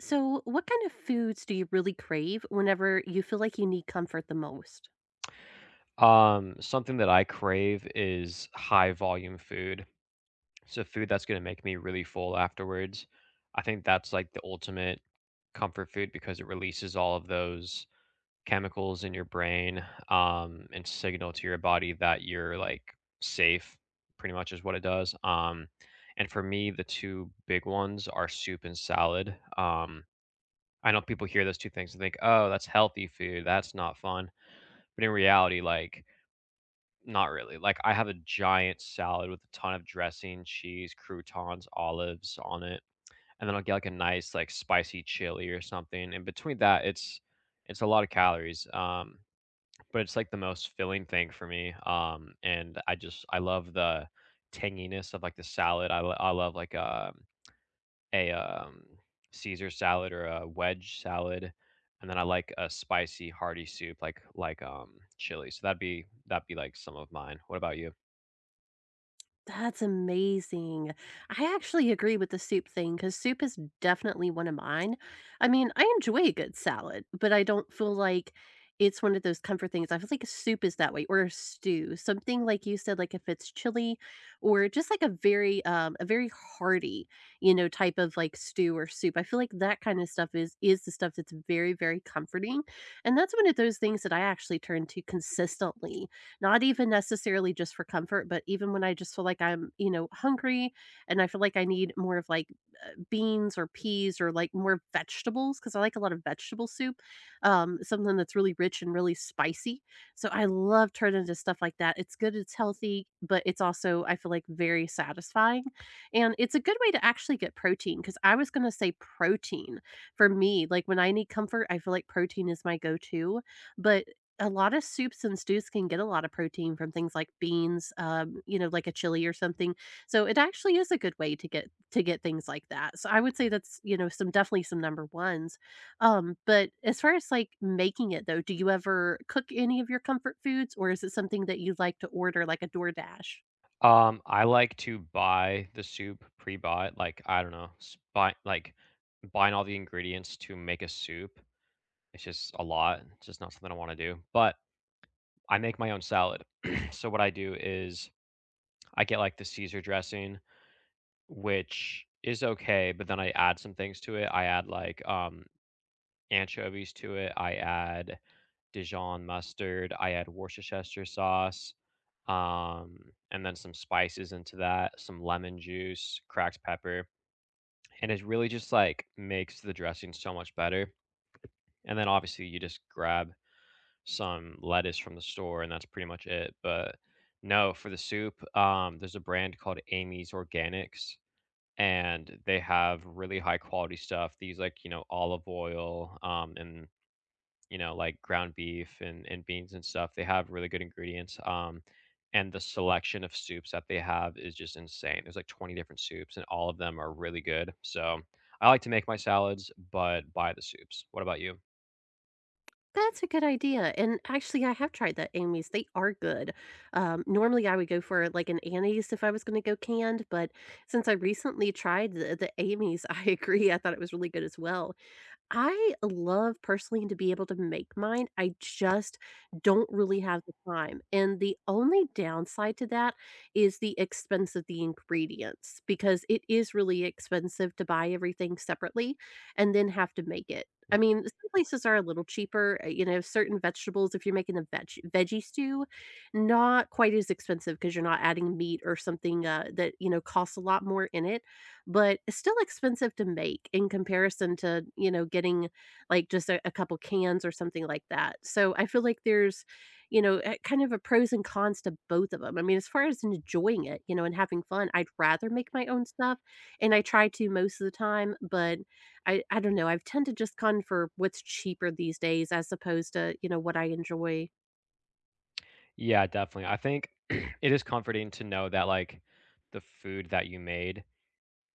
So, what kind of foods do you really crave whenever you feel like you need comfort the most? Something that I crave is high volume food. So food that's gonna make me really full afterwards. I think that's like the ultimate comfort food because it releases all of those chemicals in your brain, and signal to your body that you're like safe, pretty much is what it does. And for me, the two big ones are soup and salad. I know people hear those two things and think, oh, that's healthy food, that's not fun. But in reality, like not really, like, I have a giant salad with a ton of dressing, cheese, croutons, olives on it, and then I'll get, like, a nice, like, spicy chili or something, and between that, it's a lot of calories, but it's, like, the most filling thing for me, and I just I love the tanginess of, like, the salad, I love, like, a Caesar salad or a wedge salad, and then I like a spicy hearty soup, like chili, so that'd be, like, some of mine. What about you? That's amazing. I actually agree with the soup thing because soup is definitely one of mine. I mean, I enjoy a good salad, but I don't feel like it's one of those comfort things. I feel like soup is that way or a stew, something like you said, like if it's chili or just like a very hearty, you know, type of like stew or soup. I feel like that kind of stuff is the stuff that's very, very comforting. And that's one of those things that I actually turn to consistently, not even necessarily just for comfort, but even when I just feel like I'm, you know, hungry and I feel like I need more of like beans or peas or like more vegetables because I like a lot of vegetable soup, something that's really rich and really spicy. So I love turning to stuff like that. It's good, it's healthy, but it's also, I feel like, very satisfying. And it's a good way to actually get protein, because I was going to say protein for me. Like when I need comfort, I feel like protein is my go to. But a lot of soups and stews can get a lot of protein from things like beans, you know, like a chili or something. So it actually is a good way to get things like that. So I would say that's, you know, some, definitely some number ones. But as far as like making it though, do you ever cook any of your comfort foods or is it something that you like to order like a DoorDash? I like to buy the soup pre-bought, like, I don't know, s buy like, buying all the ingredients to make a soup, it's just a lot, it's just not something I wanna do, but I make my own salad. So, what I do is I get, like, the Caesar dressing, which is okay, but then I add some things to it. I add, like, anchovies to it, I add Dijon mustard, I add Worcestershire sauce, um, and then some spices into that, some lemon juice, cracked pepper, and it really just, like, makes the dressing so much better, and then obviously you just grab some lettuce from the store, and that's pretty much it, but no, for the soup, there's a brand called Amy's Organics, and they have really high quality stuff. These like, you know, olive oil, and you know, like ground beef and beans and stuff. They have really good ingredients. And the selection of soups that they have is just insane. There's like 20 different soups, and all of them are really good. So I like to make my salads, but buy the soups. What about you? That's a good idea, and actually, I have tried the Amy's, they are good. Normally, I would go for, like, an Annie's if I was gonna go canned, but since I recently tried the Amy's, I agree, I thought it was really good as well. I love personally to be able to make mine. I just don't really have the time. And the only downside to that is the expense of the ingredients, because it is really expensive to buy everything separately and then have to make it. I mean, some places are a little cheaper, you know, certain vegetables, if you're making a veggie stew, not quite as expensive because you're not adding meat or something that, you know, costs a lot more in it, but it's still expensive to make in comparison to, you know, getting like just a couple cans or something like that. So I feel like there's, you know, kind of a pros and cons to both of them. I mean, as far as enjoying it, you know, and having fun, I'd rather make my own stuff. And I try to most of the time, but I don't know. I've tend to just gone for what's cheaper these days as opposed to, you know, what I enjoy. Yeah, definitely. I think it is comforting to know that like the food that you made,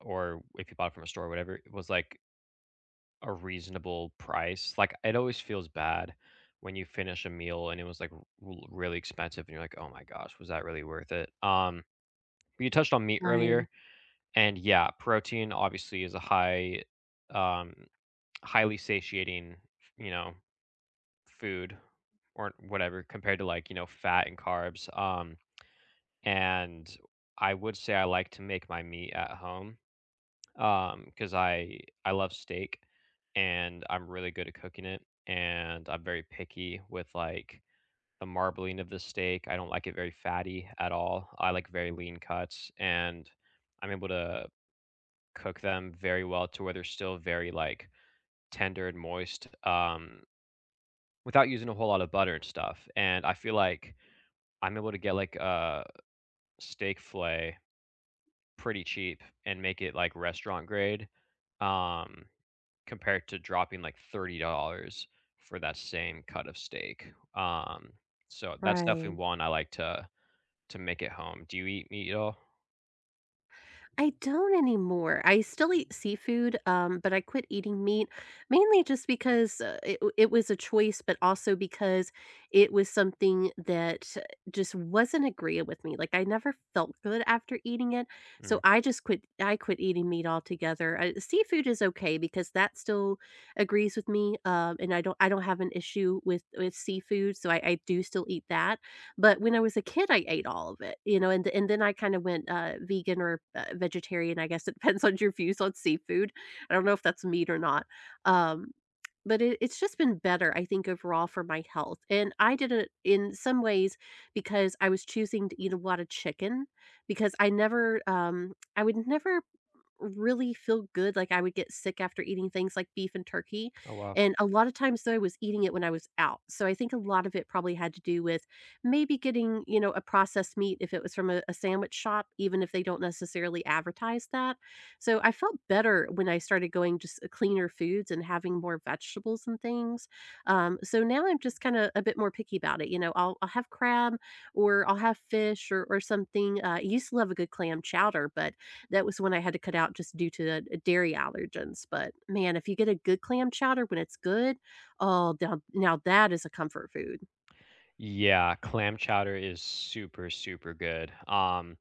or if you bought it from a store, or whatever, it was like a reasonable price. Like it always feels bad when you finish a meal and it was like really expensive and you're like, "Oh my gosh, was that really worth it?" But you touched on meat Right, earlier and yeah, protein obviously is a high um highly satiating, you know, food or whatever compared to like, you know, fat and carbs. And I would say I like to make my meat at home because I love steak, and I'm really good at cooking it, and I'm very picky with, like, the marbling of the steak. I don't like it very fatty at all. I like very lean cuts, and I'm able to cook them very well to where they're still very, like, tender and moist, without using a whole lot of butter and stuff, and I feel like I'm able to get, like, a steak fillet pretty cheap and make it, like, restaurant grade. Um Compared to dropping like $30 for that same cut of steak. So that's definitely right. one I like to make at home. Do you eat meat at all? I don't anymore. I still eat seafood, but I quit eating meat mainly just because it, it was a choice, but also because it was something that just wasn't agreeing with me. Like I never felt good after eating it, so Mm. I just quit. I quit eating meat altogether. I, seafood is okay because that still agrees with me, and I don't. I don't have an issue with seafood, so I do still eat that. But when I was a kid, I ate all of it, you know, and then I kinda went, vegan or, vegetarian, I guess it depends on your views on seafood. I don't know if that's meat or not. Um, but it it's just been better, I think, overall for my health, and I did it in some ways because I was choosing to eat a lot of chicken because I never, I would never really feel good, like, I would get sick after eating things like beef and turkey, Oh, wow. and a lot of times, though, I was eating it when I was out, so I think a lot of it probably had to do with maybe getting, you know, a processed meat if it was from a sandwich shop, even if they don't necessarily advertise that, so I felt better when I started going just, cleaner foods and having more vegetables and things, so now I'm just kinda a bit more picky about it. You know, I'll have crab or I'll have fish or something. I used to love a good clam chowder, but that was when I had to cut out just due to the dairy allergens. But man, if you get a good clam chowder when it's good, oh, now that is a comfort food. Yeah, clam chowder is super, super good.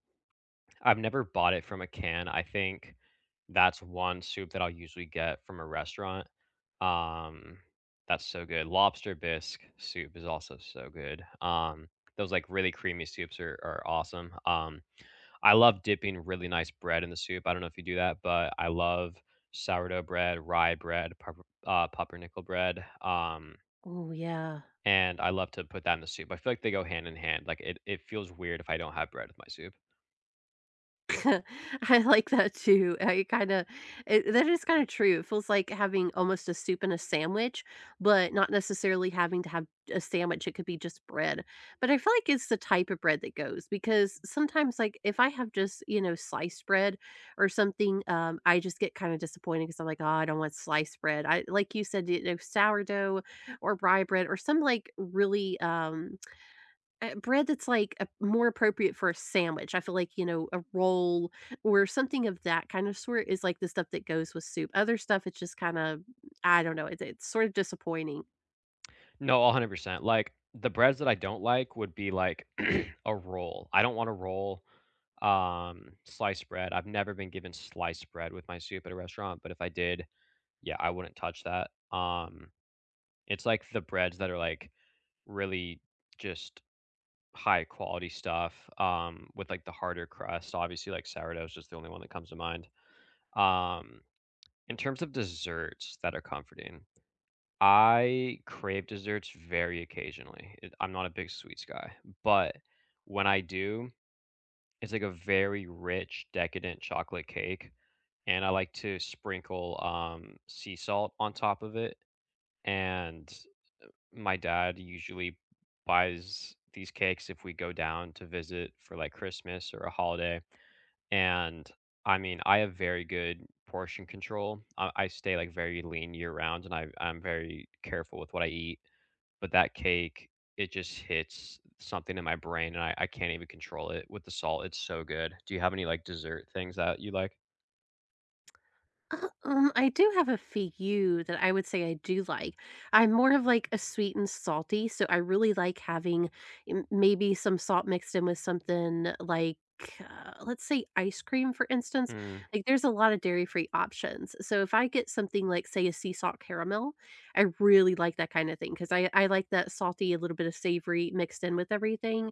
I've never bought it from a can. I think that's one soup that I'll usually get from a restaurant. Um, that's so good. Lobster bisque soup is also so good. Those like really creamy soups are awesome. I love dipping really nice bread in the soup. I don't know if you do that, but I love sourdough bread, rye bread, pepper, pumpernickel bread. Oh, yeah. And I love to put that in the soup. I feel like they go hand in hand. Like it feels weird if I don't have bread with my soup. I like that too. I kinda that is kinda true. It feels like having almost a soup and a sandwich, but not necessarily having to have a sandwich. It could be just bread. But I feel like it's the type of bread that goes, because sometimes, like, if I have just, you know, sliced bread or something, I just get kinda disappointed because 'cause I'm like, "Oh, I don't want sliced bread." I like you said, you know, sourdough or rye bread or some, like, really, bread that's, like, a more appropriate for a sandwich. I feel like, you know, a roll or something of that kind of sort is, like, the stuff that goes with soup. Other stuff, it's just kinda I don't know, it it's sort of disappointing. No, 100%. Like the breads that I don't like would be like a roll. I don't want a roll sliced bread. I've never been given sliced bread with my soup at a restaurant, but if I did, yeah, I wouldn't touch that. Um it's like the breads that are like really just high quality stuff with like the harder crust. Obviously, like sourdough is just the only one that comes to mind. Um, in terms of desserts that are comforting, I crave desserts very occasionally. I'm not a big sweets guy, but when I do, it's like a very rich, decadent chocolate cake. And I like to sprinkle sea salt on top of it. And my dad usually buys these cakes if we go down to visit for like Christmas or a holiday. And I mean, I have very good portion control. I stay like very lean year round and I'm very careful with what I eat. But that cake, it just hits something in my brain and I can't even control it with the salt. It's so good. Do you have any like dessert things that you like? I do have a few that I would say I do like. I'm more of like a sweet and salty, so I really like having maybe some salt mixed in with something like let's say ice cream, for instance. Mm-hmm. Like there's a lot of dairy-free options. So if I get something like say a sea salt caramel, I really like that kind of thing because I like that salty, a little bit of savory mixed in with everything.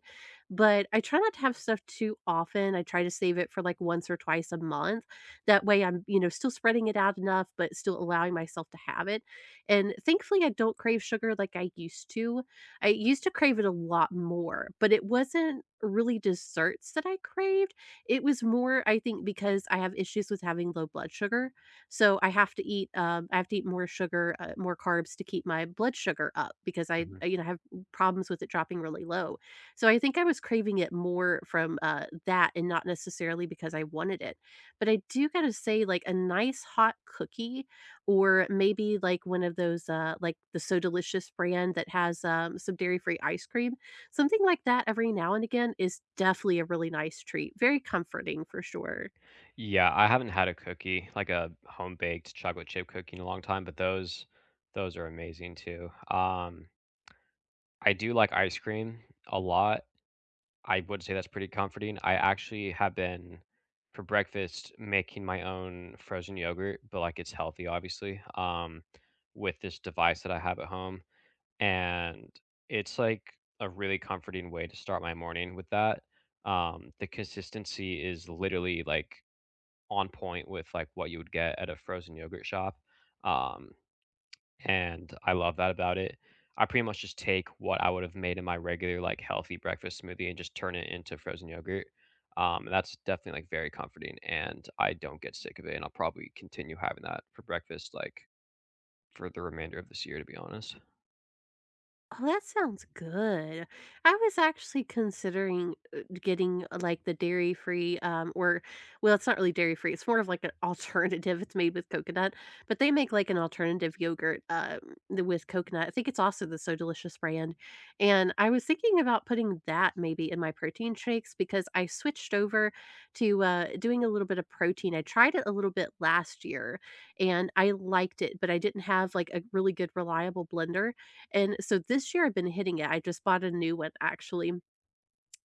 But I try not to have stuff too often. I try to save it for like once or twice a month, that way I'm, you know, still spreading it out enough, but still allowing myself to have it, and thankfully, I don't crave sugar like I used to. I used to crave it a lot more, but it wasn't really desserts that I craved. It was more, I think, because I have issues with having low blood sugar, so I have to eat, I have to eat more sugar, more carbs to keep my blood sugar up because you know, have problems with it dropping really low. So I think I was craving it more from, that and not necessarily because I wanted it. But I do gotta say, like, a nice hot cookie or maybe, like, one of those, like, the So Delicious brand that has, some dairy-free ice cream, something like that every now and again is definitely a really nice treat, very comforting for sure. Yeah, I haven't had a cookie, like a home baked chocolate chip cookie in a long time, but those are amazing too. I do like ice cream a lot. I would say that's pretty comforting. I actually have been for breakfast making my own frozen yogurt, but like it's healthy obviously. With this device that I have at home and it's like a really comforting way to start my morning with that. The consistency is literally like on point with, like, what you would get at a frozen yogurt shop, um, and I love that about it. I pretty much just take what I would have made in my regular, like, healthy breakfast smoothie and just turn it into frozen yogurt, and that's definitely, like, very comforting, and I don't get sick of it, and I'll probably continue having that for breakfast, like, for the remainder of this year, to be honest. Oh, that sounds good. I was actually considering getting like the dairy free, or well, it's not really dairy free. It's more of like an alternative. It's made with coconut, but they make like an alternative yogurt with coconut. I think it's also the So Delicious brand. And I was thinking about putting that maybe in my protein shakes because I switched over to doing a little bit of protein. I tried it a little bit last year and I liked it, but I didn't have like a really good, reliable blender. And so this year I've been hitting it. I just bought a new one actually.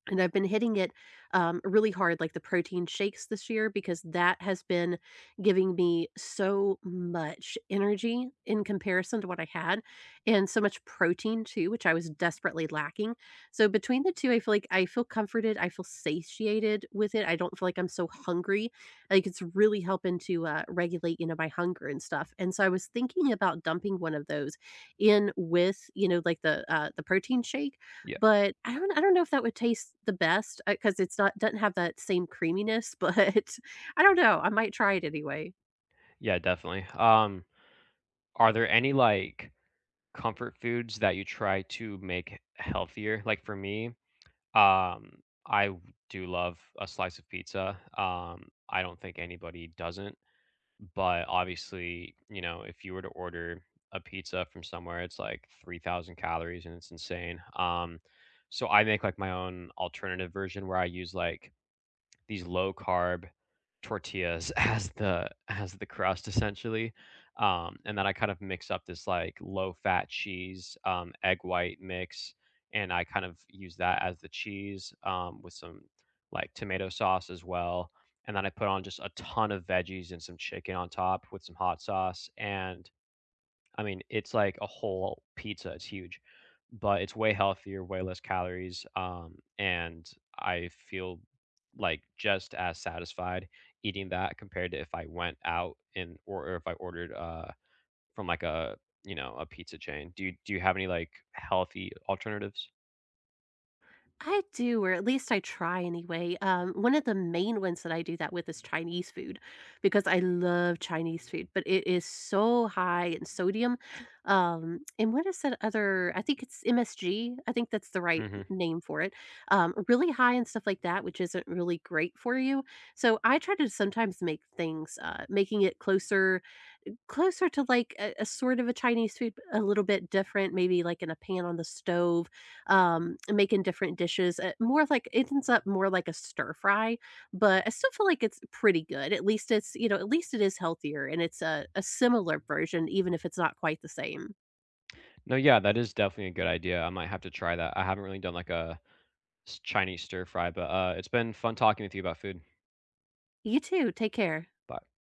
And I've been hitting it, really hard, like the protein shakes this year, because that has been giving me so much energy in comparison to what I had, and so much protein too, which I was desperately lacking. So between the 2, I feel like I feel comforted, I feel satiated with it, I don't feel like I'm so hungry. Like, it's really helping to, regulate, you know, my hunger and stuff. And so I was thinking about dumping one of those in with, you know, like the protein shake, Yeah. but I don't know if that would taste the best, because it's not doesn't have that same creaminess, but I don't know, I might try it anyway. Yeah, definitely. Are there any, like, comfort foods that you try to make healthier? Like, for me, Um, I w- do love a slice of pizza. I don't think anybody doesn't, but obviously, you know, if you were to order a pizza from somewhere, it's like 3,000 calories and it's insane. So I make like my own alternative version where I use like these low carb tortillas as the crust essentially. And then I kind of mix up this like low fat cheese, egg white mix, and I kind of use that as the cheese with some like tomato sauce as well. And then I put on just a ton of veggies and some chicken on top with some hot sauce. And I mean, it's like a whole pizza, it's huge, but it's way healthier, way less calories, and I feel, like, just as satisfied eating that compared to if I went out and or if I ordered, from, like, a you know, a pizza chain. Do you have any, like, healthy alternatives? I do, or at least I try anyway. One of the main ones that I do that with is Chinese food because I love Chinese food, but it is so high in sodium. And what is that other, I think it's MSG, I think that's the right Mhm. name for it. Really high in stuff like that, which isn't really great for you. So I try to sometimes make things, making it closer closer to, like, a sort of a Chinese food, but a little bit different, maybe, like, in a pan on the stove, and making different dishes, more of, like it ends up more like a stir fry, but I still feel like it's pretty good, at least it's you know, at least it is healthier, and it's a similar version even if it's not quite the same. No, yeah, that is definitely a good idea, I might have to try that. I haven't really done, like, a s Chinese stir fry, but, it's been fun talking with you about food. You too, take care. Bye.